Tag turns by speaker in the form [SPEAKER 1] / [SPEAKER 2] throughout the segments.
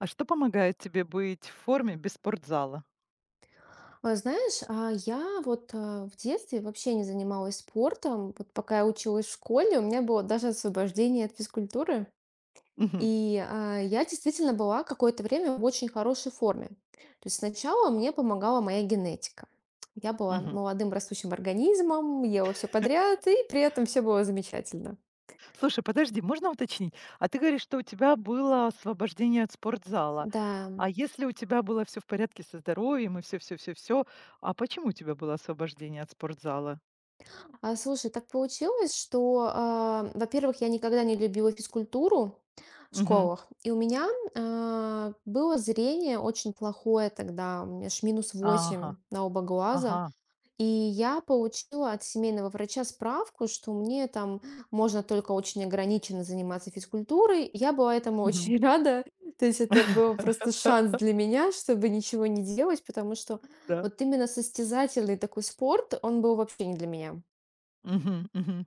[SPEAKER 1] А что помогает тебе быть в форме без спортзала?
[SPEAKER 2] Знаешь, я вот в детстве вообще не занималась спортом. Вот пока я училась в школе, у меня было даже освобождение от физкультуры.
[SPEAKER 1] Мгм,
[SPEAKER 2] И я действительно была какое-то время в очень хорошей форме. То есть сначала мне помогала моя генетика. Я была
[SPEAKER 1] мгм.
[SPEAKER 2] молодым растущим организмом, ела все подряд, и при этом все было замечательно.
[SPEAKER 1] Слушай, подожди, можно уточнить? А ты говоришь, что у тебя было освобождение от спортзала.
[SPEAKER 2] Да.
[SPEAKER 1] А если у тебя было все в порядке со здоровьем и все, все, все, все, а почему у тебя было освобождение от спортзала?
[SPEAKER 2] Слушай, так получилось, что, во-первых, я никогда не любила физкультуру в
[SPEAKER 1] Мгм.
[SPEAKER 2] школах, и у меня было зрение очень плохое тогда, у меня аж минус
[SPEAKER 1] Ага,
[SPEAKER 2] восемь на оба глаза,
[SPEAKER 1] ага.
[SPEAKER 2] и я получила от семейного врача справку, что мне там можно только очень ограниченно заниматься физкультурой. Я была этому
[SPEAKER 1] Мгм.
[SPEAKER 2] очень рада, то есть это был просто шанс для меня, чтобы ничего не делать, потому что
[SPEAKER 1] Да.
[SPEAKER 2] вот именно состязательный такой спорт, он был вообще не для меня.
[SPEAKER 1] Мгм, мгм.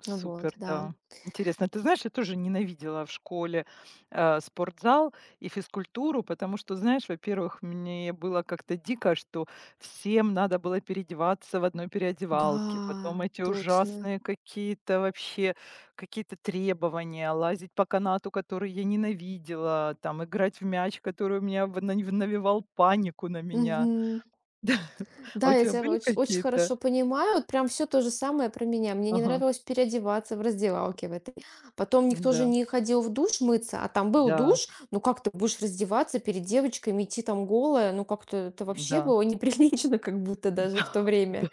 [SPEAKER 1] Супер,
[SPEAKER 2] Вот, да.
[SPEAKER 1] да. Интересно, ты знаешь, я тоже ненавидела в школе, спортзал и физкультуру, потому что, знаешь, во-первых, мне было как-то дико, что всем надо было переодеваться в одной переодевалке.
[SPEAKER 2] Да,
[SPEAKER 1] Потом эти
[SPEAKER 2] точно.
[SPEAKER 1] ужасные какие-то вообще, какие-то требования, лазить по канату, который я ненавидела, там играть в мяч, который у меня навевал панику на меня.
[SPEAKER 2] Мгм.
[SPEAKER 1] А у
[SPEAKER 2] Да, я
[SPEAKER 1] тебя
[SPEAKER 2] тебя
[SPEAKER 1] были
[SPEAKER 2] оч очень
[SPEAKER 1] какие-то?
[SPEAKER 2] хорошо понимаю. Вот прям все то же самое про меня. Мне не
[SPEAKER 1] Ага,
[SPEAKER 2] нравилось переодеваться в раздевалке в этой. Потом никто же
[SPEAKER 1] да,
[SPEAKER 2] не ходил в душ мыться, а там был
[SPEAKER 1] да,
[SPEAKER 2] душ. Ну, как ты будешь раздеваться перед девочками, идти там голая? Ну, как-то это вообще
[SPEAKER 1] да,
[SPEAKER 2] было неприлично как будто даже в то время.
[SPEAKER 1] да,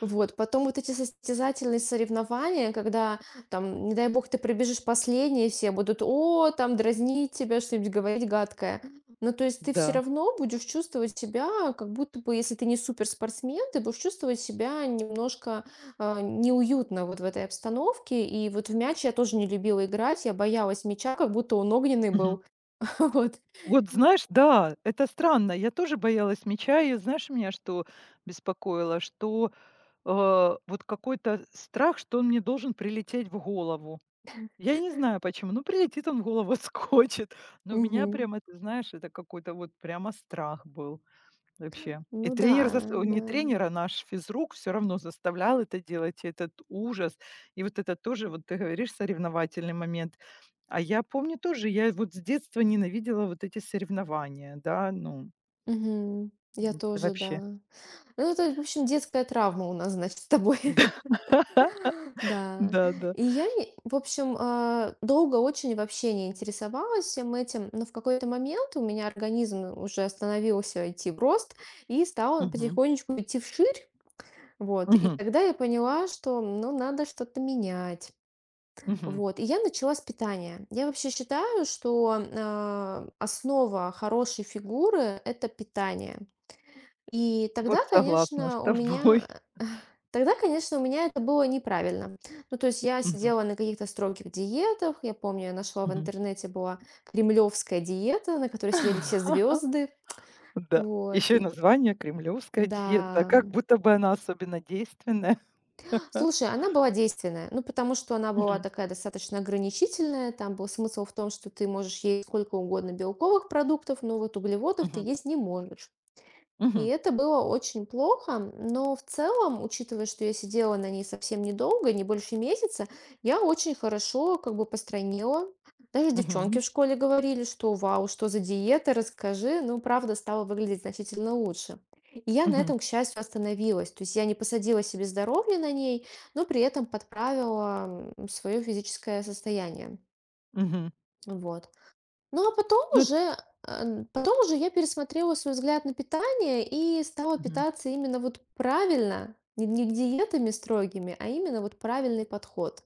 [SPEAKER 2] Вот. Потом вот эти состязательные соревнования, когда там, не дай бог, ты пробежишь последней, все будут: «О!» Там дразнить тебя, что-нибудь говорить гадкое. Ну, то есть ты все
[SPEAKER 1] да.
[SPEAKER 2] равно будешь чувствовать себя, как будто бы, если ты не суперспортсмен, ты будешь чувствовать себя немножко, неуютно вот в этой обстановке. И вот в мяч я тоже не любила играть, я боялась мяча, как будто он огненный
[SPEAKER 1] Мгм.
[SPEAKER 2] был. Вот.
[SPEAKER 1] Вот знаешь, да, это странно. Я тоже боялась меча, и знаешь, меня что беспокоило? Что, вот какой-то страх, что он мне должен прилететь в голову. Я не знаю почему, ну, прилетит он в голову, скочит. Но у меня
[SPEAKER 2] Мгм.
[SPEAKER 1] прямо, ты знаешь, это какой-то вот прямо страх был. Вообще. И
[SPEAKER 2] Ну да,
[SPEAKER 1] не
[SPEAKER 2] да.
[SPEAKER 1] тренер, а наш физрук все равно заставлял это делать, и этот ужас. И вот это тоже, вот ты говоришь, соревновательный момент. А я помню тоже, я вот с детства ненавидела вот эти соревнования, да, ну,
[SPEAKER 2] Мгм. Я
[SPEAKER 1] да
[SPEAKER 2] тоже,
[SPEAKER 1] вообще.
[SPEAKER 2] да. Ну, это, в общем, детская травма у нас, значит, с тобой.
[SPEAKER 1] Да.
[SPEAKER 2] Да,
[SPEAKER 1] Да-да.
[SPEAKER 2] и я, в общем, долго очень вообще не интересовалась всем этим, но в какой-то момент у меня организм уже остановился идти в рост и стал
[SPEAKER 1] Мгм.
[SPEAKER 2] потихонечку идти вширь, вот, и
[SPEAKER 1] Мгм.
[SPEAKER 2] тогда я поняла, что, ну, надо что-то менять.
[SPEAKER 1] Мгм.
[SPEAKER 2] Вот, и я начала с питания. Я вообще считаю, что основа хорошей фигуры — это питание. И
[SPEAKER 1] Вот
[SPEAKER 2] тогда,
[SPEAKER 1] согласна с
[SPEAKER 2] конечно, у
[SPEAKER 1] тобой.
[SPEAKER 2] меня тогда, конечно, у меня это было неправильно. Ну, то есть я
[SPEAKER 1] Мгм.
[SPEAKER 2] сидела на каких-то строгих диетах. Я помню, я нашла в
[SPEAKER 1] Мгм.
[SPEAKER 2] интернете была кремлевская диета, на которой сидели все звезды.
[SPEAKER 1] Да.
[SPEAKER 2] Вот.
[SPEAKER 1] Еще и название "кремлевская диета",
[SPEAKER 2] Да.
[SPEAKER 1] как будто бы она особенно действенная.
[SPEAKER 2] Слушай, она была действенная. Ну, потому что она была
[SPEAKER 1] Мгм.
[SPEAKER 2] такая достаточно ограничительная. Там был смысл в том, что ты можешь есть сколько угодно белковых продуктов, но вот углеводов ты
[SPEAKER 1] Мгм.
[SPEAKER 2] есть не можешь. И
[SPEAKER 1] Мгм.
[SPEAKER 2] это было очень плохо, но в целом, учитывая, что я сидела на ней совсем недолго, не больше месяца, я очень хорошо как бы постройнела. Даже девчонки
[SPEAKER 1] Мгм.
[SPEAKER 2] в школе говорили, что вау, что за диета, расскажи. Ну, правда, стала выглядеть значительно лучше. И я на
[SPEAKER 1] Мгм.
[SPEAKER 2] этом, к счастью, остановилась. То есть я не посадила себе здоровье на ней, но при этом подправила свое физическое состояние.
[SPEAKER 1] Мгм.
[SPEAKER 2] Вот. Ну, а потом
[SPEAKER 1] Ну.
[SPEAKER 2] уже, потом уже я пересмотрела свой взгляд на питание и стала
[SPEAKER 1] Мгм.
[SPEAKER 2] питаться именно вот правильно, не, не диетами строгими, а именно вот правильный подход.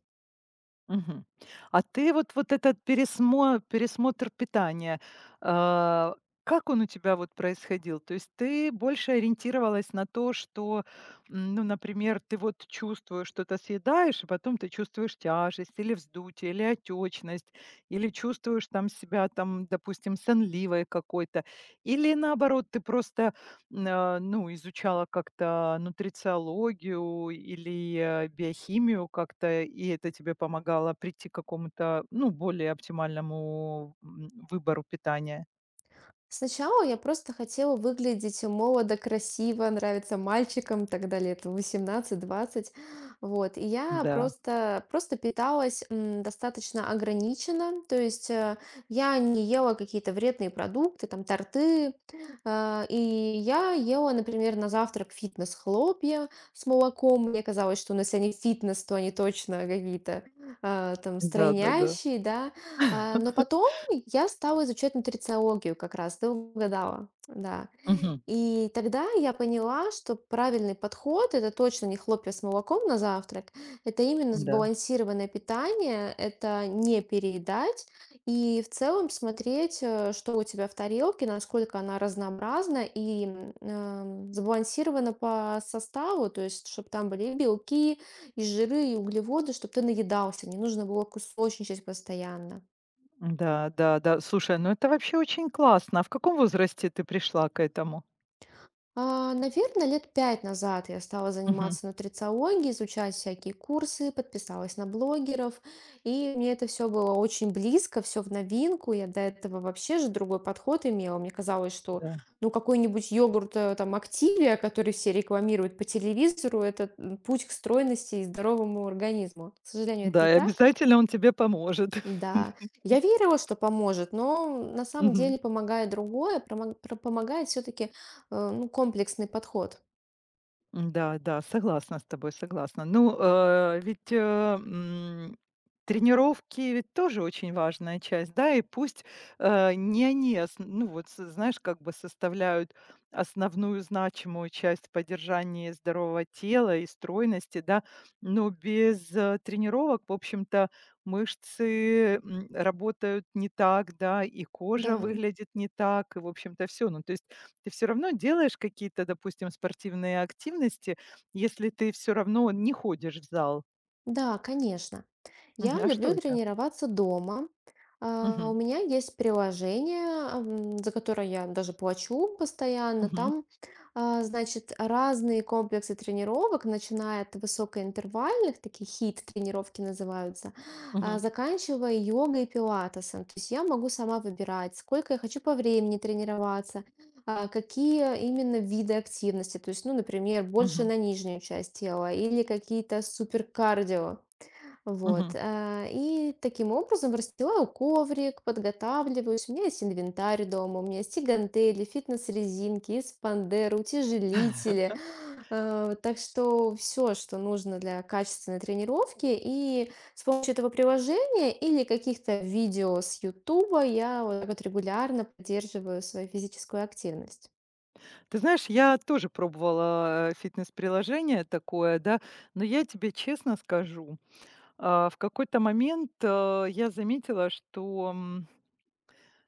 [SPEAKER 1] Мгм. А ты вот вот этот пересмотр питания, а, как он у тебя вот происходил? То есть ты больше ориентировалась на то, что, ну, например, ты вот чувствуешь, что-то съедаешь, и потом ты чувствуешь тяжесть или вздутие, или отечность, или чувствуешь там себя, там, допустим, сонливой какой-то, или наоборот, ты просто ну, изучала как-то нутрициологию или, биохимию как-то, и это тебе помогало прийти к какому-то, ну, более оптимальному, выбору питания?
[SPEAKER 2] Сначала я просто хотела выглядеть молодо, красиво, нравиться мальчикам, тогда лет 18-20. Вот. И я
[SPEAKER 1] Да,
[SPEAKER 2] просто, просто питалась достаточно ограниченно. То есть я не ела какие-то вредные продукты, там торты. И я ела, например, на завтрак фитнес-хлопья с молоком. Мне казалось, что, ну, если они фитнес, то они точно какие-то там
[SPEAKER 1] да-да-да.
[SPEAKER 2] стройнящие, да. Но потом я стала изучать нутрициологию как раз, ты угадала, да.
[SPEAKER 1] Мгм.
[SPEAKER 2] И тогда я поняла, что правильный подход — это точно не хлопья с молоком на завтрак, это именно
[SPEAKER 1] Да.
[SPEAKER 2] сбалансированное питание, это не переедать и в целом смотреть, что у тебя в тарелке, насколько она разнообразна и, сбалансирована по составу, то есть чтобы там были и белки, и жиры, и углеводы, чтобы ты наедался, не нужно было кусочничать постоянно.
[SPEAKER 1] Да, да, да. Слушай, ну это вообще очень классно. А в каком возрасте ты пришла к этому?
[SPEAKER 2] Наверное, лет 5 назад я стала
[SPEAKER 1] Мгм.
[SPEAKER 2] заниматься нутрициологией, изучать всякие курсы, подписалась на блогеров, и мне это все было очень близко, все в новинку. Я до этого вообще же другой подход имела. Мне казалось, что
[SPEAKER 1] Да.
[SPEAKER 2] ну какой-нибудь йогурт там Активия, который все рекламируют по телевизору, это путь к стройности и здоровому организму. К сожалению, это не
[SPEAKER 1] Да, и
[SPEAKER 2] так.
[SPEAKER 1] обязательно он тебе поможет.
[SPEAKER 2] Да, я верила, что поможет, но на самом
[SPEAKER 1] Мгм.
[SPEAKER 2] деле помогает другое, помогает все-таки ну, комплексный подход.
[SPEAKER 1] М-да, да, да, согласна с тобой, согласна. Ну, ведь, тренировки ведь тоже очень важная часть, да, и пусть, не они осн ну, вот с знаешь, как бы составляют основную значимую часть поддержания здорового тела и стройности, да, но без, тренировок, в общем-то, мышцы, работают не так, да, и
[SPEAKER 2] Да,
[SPEAKER 1] кожа выглядит не так, и, в общем-то, все. Ну, то есть ты все равно делаешь какие-то, допустим, спортивные активности, если ты все равно не ходишь в зал.
[SPEAKER 2] да, конечно.
[SPEAKER 1] Мгм.
[SPEAKER 2] Я
[SPEAKER 1] А что
[SPEAKER 2] люблю
[SPEAKER 1] это?
[SPEAKER 2] тренироваться дома. У
[SPEAKER 1] Мгм.
[SPEAKER 2] меня есть приложение, за которое я даже плачу постоянно.
[SPEAKER 1] Мгм.
[SPEAKER 2] Там, значит, разные комплексы тренировок, начиная от высокоинтервальных, такие хит-тренировки называются,
[SPEAKER 1] Мгм.
[SPEAKER 2] заканчивая йогой и пилатесом. То есть я могу сама выбирать, сколько я хочу по времени тренироваться, а какие именно виды активности. То есть, ну, например, больше
[SPEAKER 1] Мгм.
[SPEAKER 2] на нижнюю часть тела или какие-то суперкардио. Вот.
[SPEAKER 1] Мгм.
[SPEAKER 2] И таким образом расстилаю коврик, подготавливаюсь. У меня есть инвентарь дома, у меня есть и гантели, фитнес-резинки, и спандеры, утяжелители. Так что все, что нужно для качественной тренировки. И с помощью этого приложения или каких-то видео с Ютуба я вот так вот регулярно поддерживаю свою физическую активность.
[SPEAKER 1] Ты знаешь, я тоже пробовала, фитнес-приложение такое, да, но я тебе честно скажу, в какой-то момент, я заметила, что, м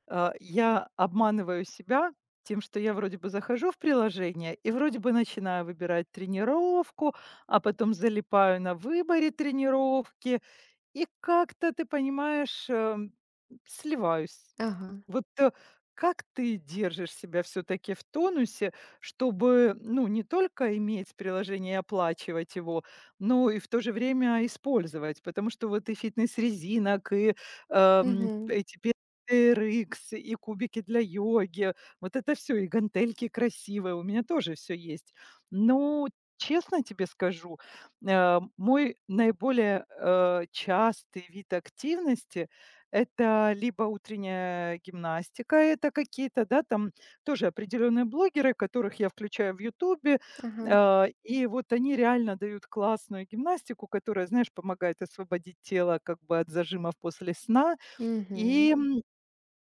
[SPEAKER 1] а, я обманываю себя тем, что я вроде бы захожу в приложение и вроде бы начинаю выбирать тренировку, а потом залипаю на выборе тренировки. И как-то, ты понимаешь, сливаюсь.
[SPEAKER 2] Ага,
[SPEAKER 1] Вот, как ты держишь себя все таки в тонусе, чтобы, ну, не только иметь приложение и оплачивать его, но и в то же время использовать? Потому что вот и фитнес-резинок, и,
[SPEAKER 2] мгм,
[SPEAKER 1] эти TRX, и кубики для йоги, вот это все и гантельки красивые, у меня тоже все есть. Но честно тебе скажу, мой наиболее, частый вид активности - это либо утренняя гимнастика, это какие-то, да, там тоже определенные блогеры, которых я включаю в "Ютубе".
[SPEAKER 2] ага,
[SPEAKER 1] И вот они реально дают классную гимнастику, которая, знаешь, помогает освободить тело как бы от зажимов после сна.
[SPEAKER 2] мгм.
[SPEAKER 1] И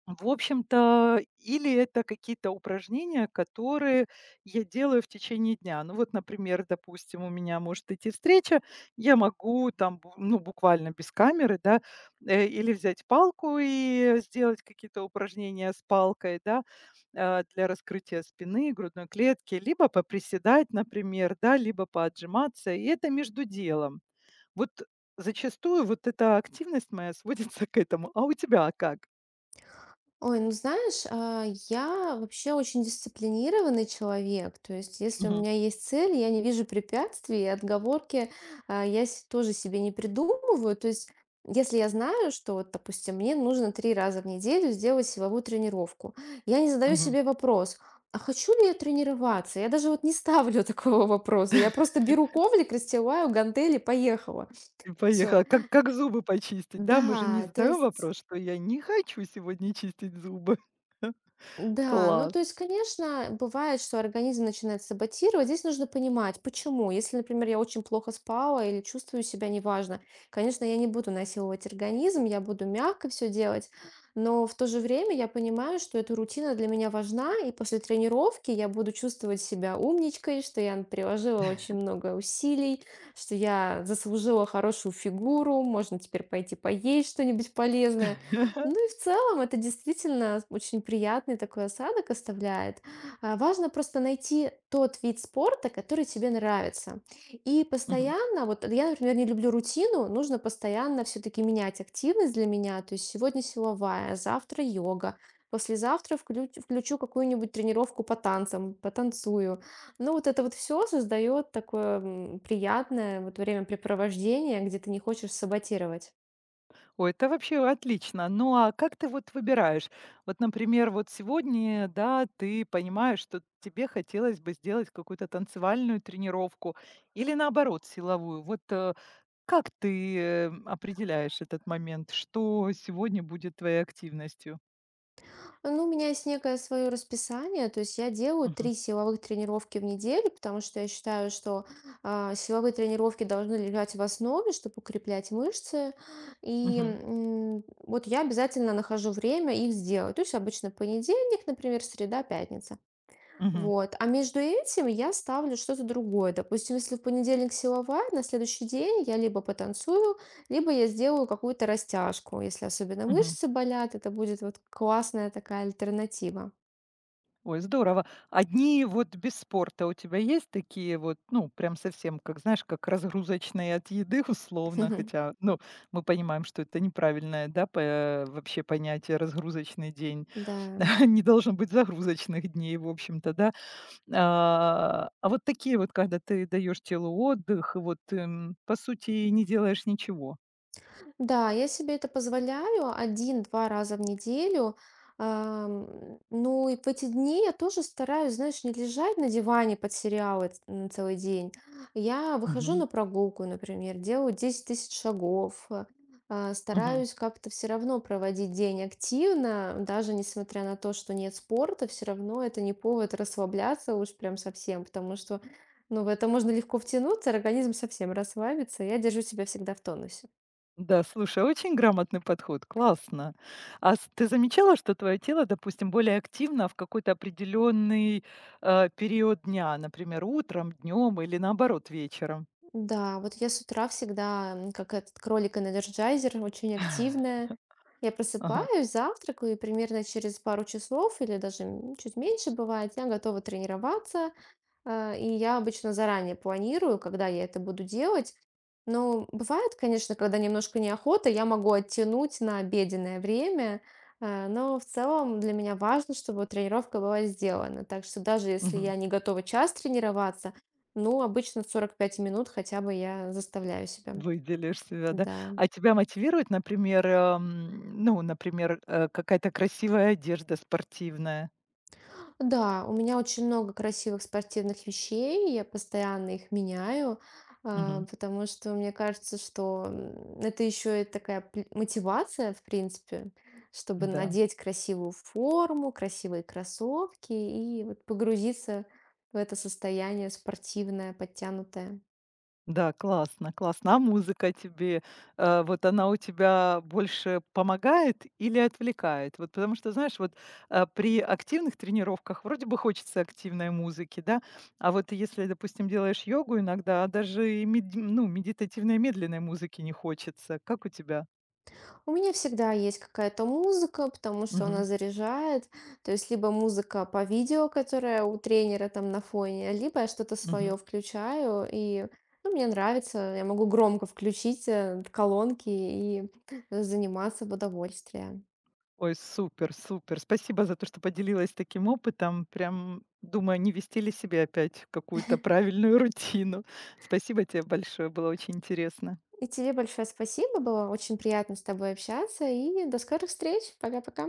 [SPEAKER 1] в общем-то, или это какие-то упражнения, которые я делаю в течение дня. Ну вот, например, допустим, у меня может идти встреча, я могу там, ну буквально без камеры, да, или взять палку и сделать какие-то упражнения с палкой, да, для раскрытия спины, грудной клетки, либо поприседать, например, да, либо поотжиматься, и это между делом. Вот зачастую вот эта активность моя сводится к этому. А у тебя как?
[SPEAKER 2] Ой, ну знаешь, я вообще очень дисциплинированный человек. То есть, если у
[SPEAKER 1] Мгм.
[SPEAKER 2] меня есть цель, я не вижу препятствий, и отговорки я тоже себе не придумываю. То есть, если я знаю, что, вот, допустим, мне нужно 3 раза в неделю сделать силовую тренировку, я не задаю
[SPEAKER 1] Мгм.
[SPEAKER 2] себе вопрос, а хочу ли я тренироваться? Я даже вот не ставлю такого вопроса. Я просто беру коврик, расстилаю гантели, поехала.
[SPEAKER 1] И
[SPEAKER 2] Все.
[SPEAKER 1] поехала. Как зубы почистить, да? Мы же не
[SPEAKER 2] Да, то
[SPEAKER 1] задаем
[SPEAKER 2] есть
[SPEAKER 1] вопрос, что я не хочу сегодня чистить зубы.
[SPEAKER 2] да, ну
[SPEAKER 1] Класс.
[SPEAKER 2] то есть, конечно, бывает, что организм начинает саботировать. Здесь нужно понимать, почему. Если, например, я очень плохо спала или чувствую себя неважно, конечно, я не буду насиловать организм, я буду мягко все делать, но в то же время я понимаю, что эта рутина для меня важна, и после тренировки я буду чувствовать себя умничкой, что я приложила очень много усилий, что я заслужила хорошую фигуру, можно теперь пойти поесть что-нибудь полезное. Ну и в целом это действительно очень приятный такой осадок оставляет. Важно просто найти тот вид спорта, который тебе нравится. И
[SPEAKER 1] Мгм.
[SPEAKER 2] постоянно, вот я, например, не люблю рутину, нужно постоянно все-таки менять активность для меня. То есть сегодня силовая, завтра йога, послезавтра включу какую-нибудь тренировку по танцам, потанцую. Ну вот это вот все создает такое приятное вот времяпрепровождение, где ты не хочешь саботировать.
[SPEAKER 1] Ой, это вообще отлично. Ну, а как ты вот выбираешь? Вот, например, вот сегодня, да, ты понимаешь, что тебе хотелось бы сделать какую-то танцевальную тренировку или, наоборот, силовую. Вот, как ты, определяешь этот момент, что сегодня будет твоей активностью?
[SPEAKER 2] Ну, у меня есть некое свое расписание, то есть я делаю
[SPEAKER 1] Мгм.
[SPEAKER 2] 3 силовых тренировки в неделю, потому что я считаю, что силовые тренировки должны лежать в основе, чтобы укреплять мышцы. И
[SPEAKER 1] Мгм.
[SPEAKER 2] вот я обязательно нахожу время их сделать. То есть обычно понедельник, например, среда, пятница.
[SPEAKER 1] Мгм.
[SPEAKER 2] Вот. А между этим я ставлю что-то другое. Допустим, если в понедельник силовая, на следующий день я либо потанцую, либо я сделаю какую-то растяжку. Если особенно
[SPEAKER 1] Мгм.
[SPEAKER 2] мышцы болят, это будет вот классная такая альтернатива.
[SPEAKER 1] Ой, здорово. Одни вот без спорта у тебя есть такие вот, ну, прям совсем, как знаешь, как разгрузочные от еды условно, хотя, ну, мы понимаем, что это неправильное, да, вообще понятие разгрузочный день.
[SPEAKER 2] Да.
[SPEAKER 1] Не должно быть загрузочных дней, в общем-то, да. А вот такие вот, когда ты даешь телу отдых, и вот, по сути, не делаешь ничего.
[SPEAKER 2] Да, я себе это позволяю 1-2 раза в неделю. Ну и в эти дни я тоже стараюсь, знаешь, не лежать на диване под сериалы целый день. Я выхожу на
[SPEAKER 1] Мгм.
[SPEAKER 2] прогулку, например, делаю 10 000 шагов,
[SPEAKER 1] Мгм.
[SPEAKER 2] стараюсь как-то все равно проводить день активно, даже несмотря на то, что нет спорта, все равно это не повод расслабляться уж прям совсем, потому что ну, в это можно легко втянуться, организм совсем расслабится. Я держу себя всегда в тонусе.
[SPEAKER 1] Да, слушай, очень грамотный подход, классно. Ты замечала, что твое тело, допустим, более активно в какой-то определенный период дня, например, утром, днем или наоборот вечером?
[SPEAKER 2] Да, вот я с утра всегда, как этот кролик-энерджайзер, очень активная. Я
[SPEAKER 1] Ага.
[SPEAKER 2] просыпаюсь, завтракаю, и примерно через пару часов или даже чуть меньше бывает, я готова тренироваться. И я обычно заранее планирую, когда я это буду делать. Но бывает, конечно, когда немножко неохота, я могу оттянуть на обеденное время. Но в целом для меня важно, чтобы тренировка была сделана. Так что даже если
[SPEAKER 1] Мгм.
[SPEAKER 2] я не готова час тренироваться, ну, обычно 45 минут хотя бы я заставляю себя.
[SPEAKER 1] Выделишь себя, да.
[SPEAKER 2] Да.
[SPEAKER 1] А тебя мотивирует, например, ну, например, какая-то красивая одежда спортивная?
[SPEAKER 2] Да, у меня очень много красивых спортивных вещей, я постоянно их меняю,
[SPEAKER 1] Мгм.
[SPEAKER 2] потому что мне кажется, что это еще и такая мотивация, в принципе, чтобы
[SPEAKER 1] Да.
[SPEAKER 2] надеть красивую форму, красивые кроссовки и вот погрузиться в это состояние спортивное, подтянутое.
[SPEAKER 1] Да, классно, классно. А музыка тебе, вот она у тебя больше помогает или отвлекает? Вот потому что, знаешь, вот при активных тренировках вроде бы хочется активной музыки, да, а вот если, допустим, делаешь йогу иногда, а даже и ну, медитативной медленной музыки не хочется. Как у тебя?
[SPEAKER 2] У меня всегда есть какая-то музыка, потому что она
[SPEAKER 1] Мгм.
[SPEAKER 2] заряжает. То есть либо музыка по видео, которая у тренера там на фоне, либо я что-то
[SPEAKER 1] Мгм.
[SPEAKER 2] свое включаю, и ну, мне нравится, я могу громко включить колонки и заниматься в удовольствие.
[SPEAKER 1] Ой, супер, супер. Спасибо за то, что поделилась таким опытом. Прям, думаю, не вести ли себе опять какую-то правильную рутину. Спасибо тебе большое, было очень интересно.
[SPEAKER 2] И тебе большое спасибо, было очень приятно с тобой общаться, и до скорых встреч. Пока-пока.